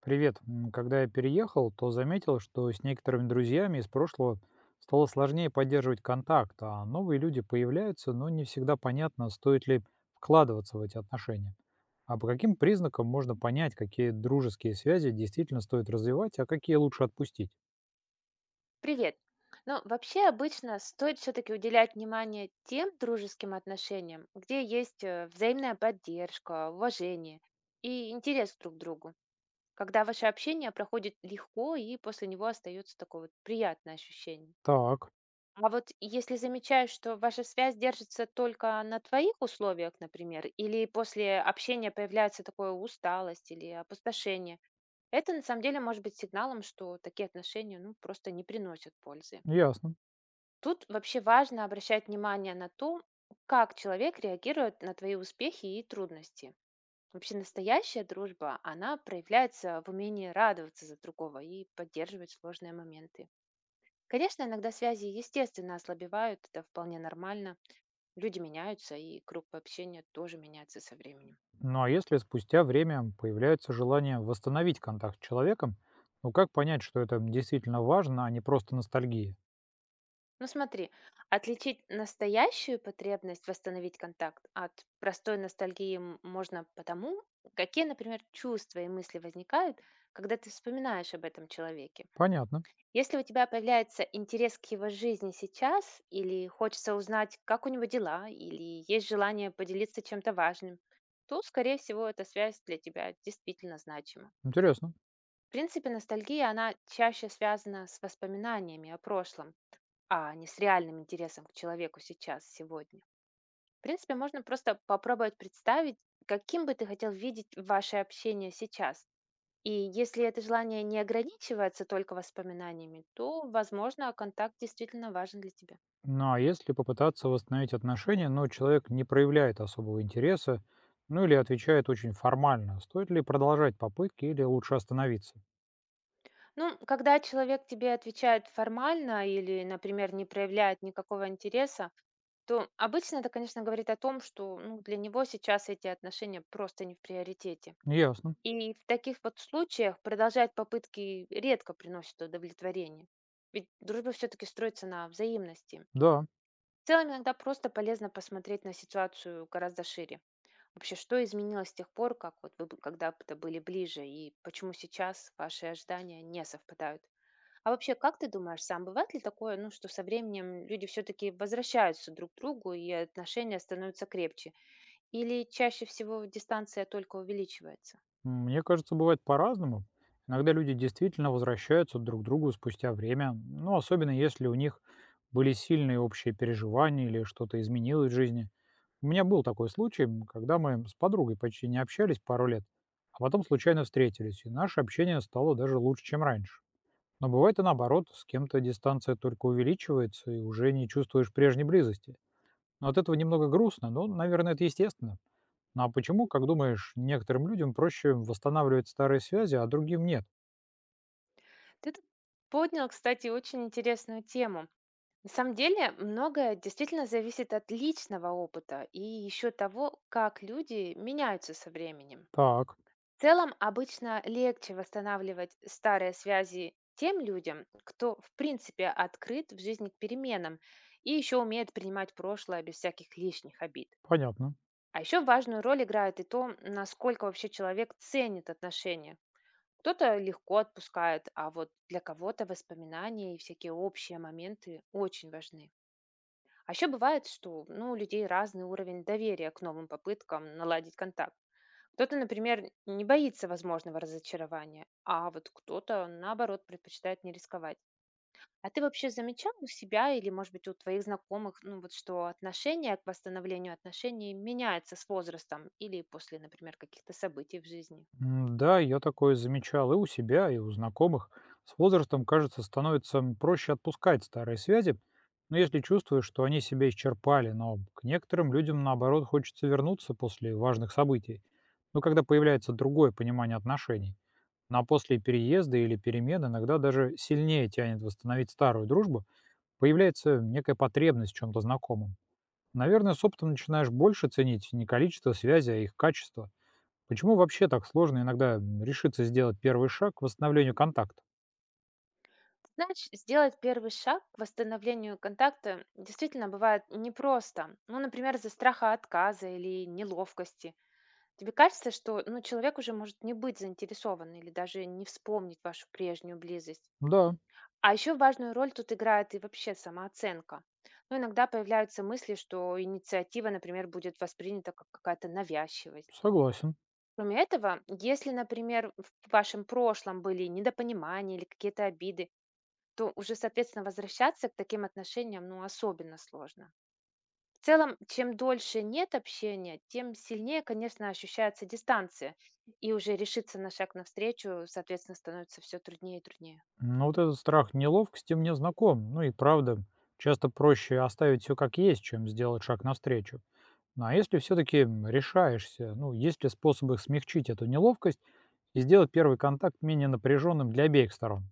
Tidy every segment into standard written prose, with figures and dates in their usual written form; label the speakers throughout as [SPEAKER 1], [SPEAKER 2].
[SPEAKER 1] Привет. Когда я переехал, то заметил, что с некоторыми друзьями из прошлого стало сложнее поддерживать контакт, а новые люди появляются, но не всегда понятно, стоит ли вкладываться в эти отношения. А по каким признакам можно понять, какие дружеские связи действительно стоит развивать, а какие лучше отпустить?
[SPEAKER 2] Привет. Ну, вообще обычно стоит все-таки уделять внимание тем дружеским отношениям, где есть взаимная поддержка, уважение и интерес друг к другу, когда ваше общение проходит легко и после него остается такое вот приятное ощущение.
[SPEAKER 1] Так,
[SPEAKER 2] А вот если замечаешь, что ваша связь держится только на твоих условиях, например, или после общения появляется такое усталость или опустошение, это на самом деле может быть сигналом, что такие отношения ну, просто не приносят пользы.
[SPEAKER 1] ясно.
[SPEAKER 2] Тут вообще важно обращать внимание на то, как человек реагирует на твои успехи и трудности. Вообще настоящая дружба, она проявляется в умении радоваться за другого и поддерживать сложные моменты. Конечно, иногда связи естественно ослабевают, это вполне нормально. Люди меняются, и круг общения тоже меняется со временем.
[SPEAKER 1] Ну а если спустя время появляется желание восстановить контакт с человеком, ну как понять, что это действительно важно, а не просто ностальгия?
[SPEAKER 2] Ну смотри, отличить настоящую потребность восстановить контакт от простой ностальгии можно потому, какие, например, чувства и мысли возникают, когда ты вспоминаешь об этом человеке.
[SPEAKER 1] Понятно.
[SPEAKER 2] Если у тебя появляется интерес к его жизни сейчас, или хочется узнать, как у него дела, или есть желание поделиться чем-то важным, то, скорее всего, эта связь для тебя действительно значима.
[SPEAKER 1] Интересно.
[SPEAKER 2] В принципе, ностальгия, она чаще связана с воспоминаниями о прошлом, а не с реальным интересом к человеку сейчас, сегодня. В принципе, можно просто попробовать представить, каким бы ты хотел видеть ваше общение сейчас. И если это желание не ограничивается только воспоминаниями, то, возможно, контакт действительно важен для тебя.
[SPEAKER 1] Ну а если попытаться восстановить отношения, но человек не проявляет особого интереса, ну или отвечает очень формально, стоит ли продолжать попытки или лучше остановиться?
[SPEAKER 2] Ну, когда человек тебе отвечает формально или, например, не проявляет никакого интереса, то обычно это, конечно, говорит о том, что ну, для него сейчас эти отношения просто не в приоритете.
[SPEAKER 1] Ясно.
[SPEAKER 2] И в таких вот случаях продолжать попытки редко приносит удовлетворение. Ведь дружба все-таки строится на взаимности.
[SPEAKER 1] Да.
[SPEAKER 2] В целом иногда просто полезно посмотреть на ситуацию гораздо шире. Вообще, что изменилось с тех пор, как вот вы когда-то были ближе, и почему сейчас ваши ожидания не совпадают? А вообще, как ты думаешь, сам бывает ли такое, ну, что со временем люди все-таки возвращаются друг к другу, и отношения становятся крепче? Или чаще всего дистанция только увеличивается?
[SPEAKER 1] Мне кажется, бывает по-разному. Иногда люди действительно возвращаются друг к другу спустя время, ну особенно если у них были сильные общие переживания или что-то изменилось в жизни. У меня был такой случай, когда мы с подругой почти не общались пару лет, а потом случайно встретились, и наше общение стало даже лучше, чем раньше. Но бывает и наоборот, с кем-то дистанция только увеличивается, и уже не чувствуешь прежней близости. Но от этого немного грустно, но, наверное, это естественно. Ну а почему, как думаешь, некоторым людям проще восстанавливать старые связи, а другим нет?
[SPEAKER 2] Ты тут поднял, кстати, очень интересную тему. На самом деле многое действительно зависит от личного опыта и еще того, как люди меняются со временем.
[SPEAKER 1] Так,
[SPEAKER 2] В целом обычно легче восстанавливать старые связи тем людям, кто в принципе открыт в жизни к переменам и еще умеет принимать прошлое без всяких лишних обид.
[SPEAKER 1] понятно.
[SPEAKER 2] А еще важную роль играет и то, насколько вообще человек ценит отношения, кто-то легко отпускает, а вот для кого-то воспоминания и всякие общие моменты очень важны. А еще бывает, что ну, у людей разный уровень доверия к новым попыткам наладить контакт. Кто-то, например, не боится возможного разочарования, а вот кто-то, наоборот, предпочитает не рисковать. А ты вообще замечал у себя или, может быть, у твоих знакомых, ну вот, что отношение к восстановлению отношений меняется с возрастом или после, например, каких-то событий в жизни?
[SPEAKER 1] Да, я такое замечал и у себя, и у знакомых. С возрастом, кажется, становится проще отпускать старые связи, но если чувствуешь, что они себя исчерпали, но к некоторым людям, наоборот, хочется вернуться после важных событий. Но когда появляется другое понимание отношений, ну, а после переезда или перемен иногда даже сильнее тянет восстановить старую дружбу, появляется некая потребность в чем-то знакомом. Наверное, с опытом начинаешь больше ценить не количество связей, а их качество. Почему вообще так сложно иногда решиться сделать первый шаг к восстановлению контакта?
[SPEAKER 2] Знаешь, сделать первый шаг к восстановлению контакта действительно бывает непросто. Ну, например, из-за страха отказа или неловкости. Тебе кажется, что ну, человек уже может не быть заинтересован или даже не вспомнить вашу прежнюю близость.
[SPEAKER 1] Да,
[SPEAKER 2] А еще важную роль тут играет и вообще самооценка. Ну, иногда появляются мысли, что инициатива, например, будет воспринята как какая-то навязчивость.
[SPEAKER 1] согласен.
[SPEAKER 2] Кроме этого, если, например, в вашем прошлом были недопонимания или какие-то обиды, то уже, соответственно, возвращаться к таким отношениям, ну, особенно сложно. В целом, чем дольше нет общения, тем сильнее, конечно, ощущается дистанция. И уже решиться на шаг навстречу, соответственно, становится все труднее и труднее.
[SPEAKER 1] Но вот этот страх неловкости мне знаком. Ну и правда, часто проще оставить все как есть, чем сделать шаг навстречу. Ну а если все-таки решаешься, ну есть ли способы смягчить эту неловкость и сделать первый контакт менее напряженным для обеих сторон?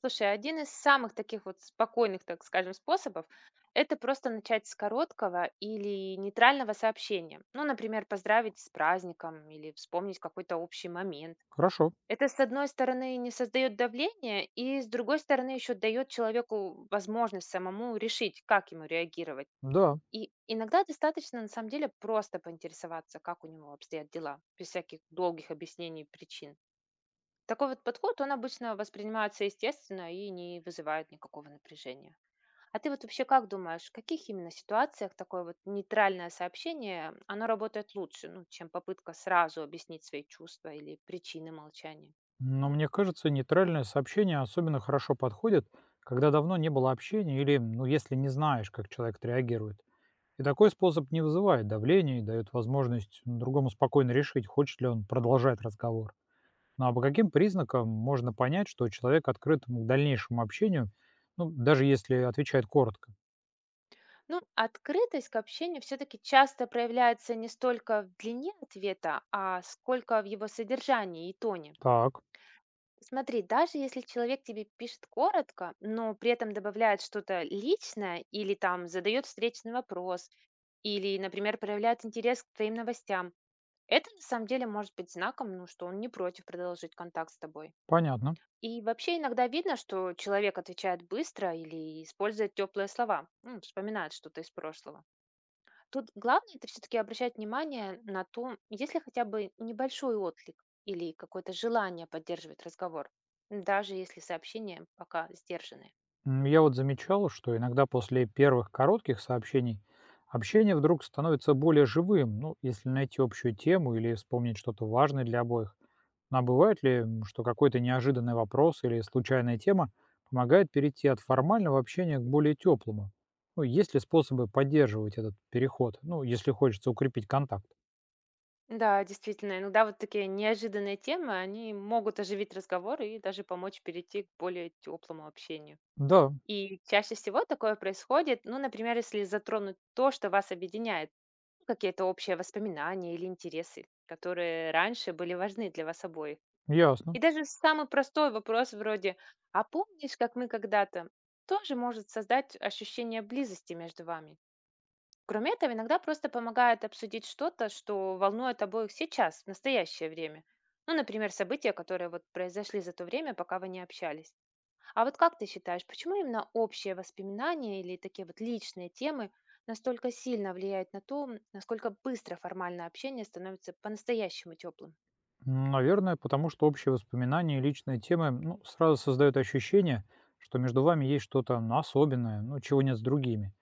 [SPEAKER 2] Слушай, один из самых таких вот спокойных, так скажем, способов — это просто начать с короткого или нейтрального сообщения. Ну, например, поздравить с праздником или вспомнить какой-то общий момент.
[SPEAKER 1] Хорошо,
[SPEAKER 2] Это, с одной стороны, не создает давления, и с другой стороны, еще дает человеку возможность самому решить, как ему реагировать.
[SPEAKER 1] да.
[SPEAKER 2] И иногда достаточно, на самом деле, просто поинтересоваться, как у него обстоят дела, без всяких долгих объяснений причин. Такой вот подход, он обычно воспринимается естественно и не вызывает никакого напряжения. А ты вот вообще как думаешь, в каких именно ситуациях такое вот нейтральное сообщение, оно работает лучше, ну, чем попытка сразу объяснить свои чувства или причины молчания?
[SPEAKER 1] Но мне кажется, нейтральное сообщение особенно хорошо подходит, когда давно не было общения или, ну, если не знаешь, как человек отреагирует. И такой способ не вызывает давления и дает возможность ну, другому спокойно решить, хочет ли он продолжать разговор. Ну а по каким признакам можно понять, что человек открыт к дальнейшему общению, ну, даже если отвечает коротко?
[SPEAKER 2] Ну, открытость к общению все-таки часто проявляется не столько в длине ответа, а сколько в его содержании и тоне.
[SPEAKER 1] Так,
[SPEAKER 2] Смотри, даже если человек тебе пишет коротко, но при этом добавляет что-то личное или там задает встречный вопрос, или, например, проявляет интерес к твоим новостям, это на самом деле может быть знаком, ну, что он не против продолжить контакт с тобой.
[SPEAKER 1] понятно.
[SPEAKER 2] И вообще иногда видно, что человек отвечает быстро или использует теплые слова, ну, вспоминает что-то из прошлого. Тут главное — это все таки обращать внимание на то, есть ли хотя бы небольшой отклик или какое-то желание поддерживать разговор, даже если сообщения пока сдержанные.
[SPEAKER 1] Я вот замечал, что иногда после первых коротких сообщений общение вдруг становится более живым, ну, если найти общую тему или вспомнить что-то важное для обоих. Ну, а бывает ли, что какой-то неожиданный вопрос или случайная тема помогает перейти от формального общения к более теплому? Ну, есть ли способы поддерживать этот переход, ну, если хочется укрепить контакт?
[SPEAKER 2] Да, действительно, иногда вот такие неожиданные темы, они могут оживить разговор и даже помочь перейти к более теплому общению.
[SPEAKER 1] Да,
[SPEAKER 2] И чаще всего такое происходит, ну, например, если затронуть то, что вас объединяет, какие-то общие воспоминания или интересы, которые раньше были важны для вас обоих. И
[SPEAKER 1] ясно.
[SPEAKER 2] даже самый простой вопрос вроде «А помнишь, как мы когда-то?» тоже может создать ощущение близости между вами. Кроме этого, иногда просто помогает обсудить что-то, что волнует обоих сейчас, в настоящее время. Ну, например, события, которые вот произошли за то время, пока вы не общались. А вот как ты считаешь, почему именно общие воспоминания или такие вот личные темы настолько сильно влияют на то, насколько быстро формальное общение становится по-настоящему теплым?
[SPEAKER 1] Наверное, потому что общие воспоминания и личные темы ну, сразу создают ощущение, что между вами есть что-то ну, особенное, ну, чего нет с другими.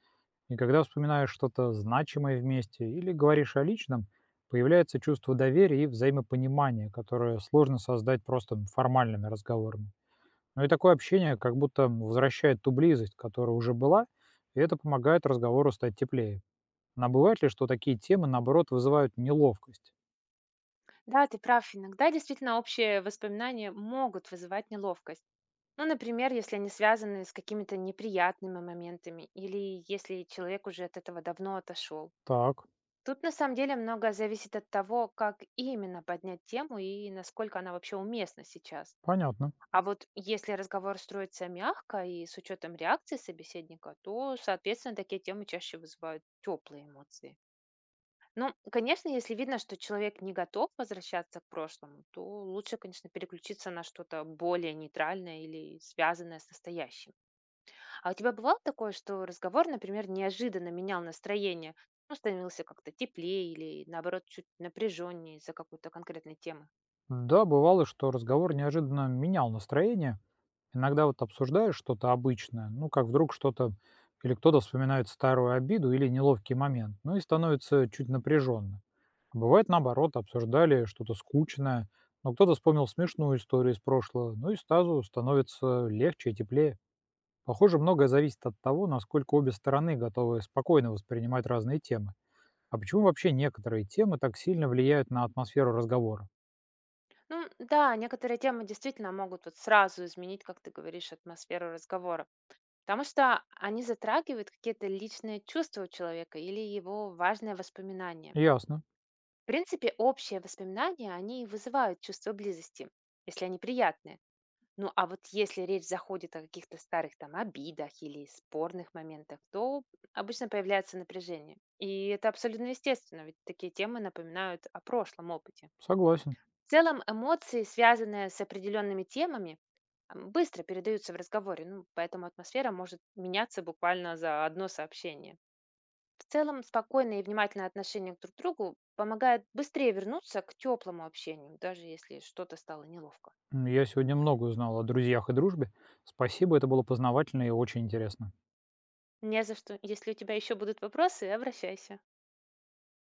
[SPEAKER 1] И когда вспоминаешь что-то значимое вместе или говоришь о личном, появляется чувство доверия и взаимопонимания, которое сложно создать просто формальными разговорами. Ну и такое общение как будто возвращает ту близость, которая уже была, и это помогает разговору стать теплее. Но бывает ли, что такие темы, наоборот, вызывают неловкость?
[SPEAKER 2] Да, ты прав. Иногда действительно общие воспоминания могут вызывать неловкость. Ну, например, если они связаны с какими-то неприятными моментами или если человек уже от этого давно отошел.
[SPEAKER 1] Так,
[SPEAKER 2] Тут на самом деле многое зависит от того, как именно поднять тему и насколько она вообще уместна сейчас.
[SPEAKER 1] понятно.
[SPEAKER 2] А вот если разговор строится мягко и с учетом реакции собеседника, то, соответственно, такие темы чаще вызывают теплые эмоции. Ну, конечно, если видно, что человек не готов возвращаться к прошлому, то лучше, конечно, переключиться на что-то более нейтральное или связанное с настоящим. А у тебя бывало такое, что разговор, например, неожиданно менял настроение, ну, становился как-то теплее или, наоборот, чуть напряженнее из-за какой-то конкретной темы?
[SPEAKER 1] Да, бывало, что разговор неожиданно менял настроение. Иногда вот обсуждаешь что-то обычное, ну как вдруг что-то или кто-то вспоминает старую обиду или неловкий момент, ну и становится чуть напряженно. Бывает наоборот, обсуждали что-то скучное, но кто-то вспомнил смешную историю из прошлого, ну и сразу становится легче и теплее. Похоже, многое зависит от того, насколько обе стороны готовы спокойно воспринимать разные темы. А почему вообще некоторые темы так сильно влияют на атмосферу разговора?
[SPEAKER 2] Ну, да, некоторые темы действительно могут вот сразу изменить, как ты говоришь, атмосферу разговора. Потому что они затрагивают какие-то личные чувства у человека или его важные воспоминания.
[SPEAKER 1] Ясно,
[SPEAKER 2] В принципе, общие воспоминания, они и вызывают чувство близости, если они приятные. Ну а вот если речь заходит о каких-то старых там обидах или спорных моментах, то обычно появляется напряжение. И это абсолютно естественно, ведь такие темы напоминают о прошлом опыте.
[SPEAKER 1] согласен.
[SPEAKER 2] В целом эмоции, связанные с определенными темами, быстро передаются в разговоре, ну, поэтому атмосфера может меняться буквально за одно сообщение. В целом, спокойное и внимательное отношение друг к другу помогает быстрее вернуться к теплому общению, даже если что-то стало неловко.
[SPEAKER 1] Я сегодня много узнал о друзьях и дружбе. Спасибо, это было познавательно и очень интересно.
[SPEAKER 2] Не за что. Если у тебя еще будут вопросы, обращайся.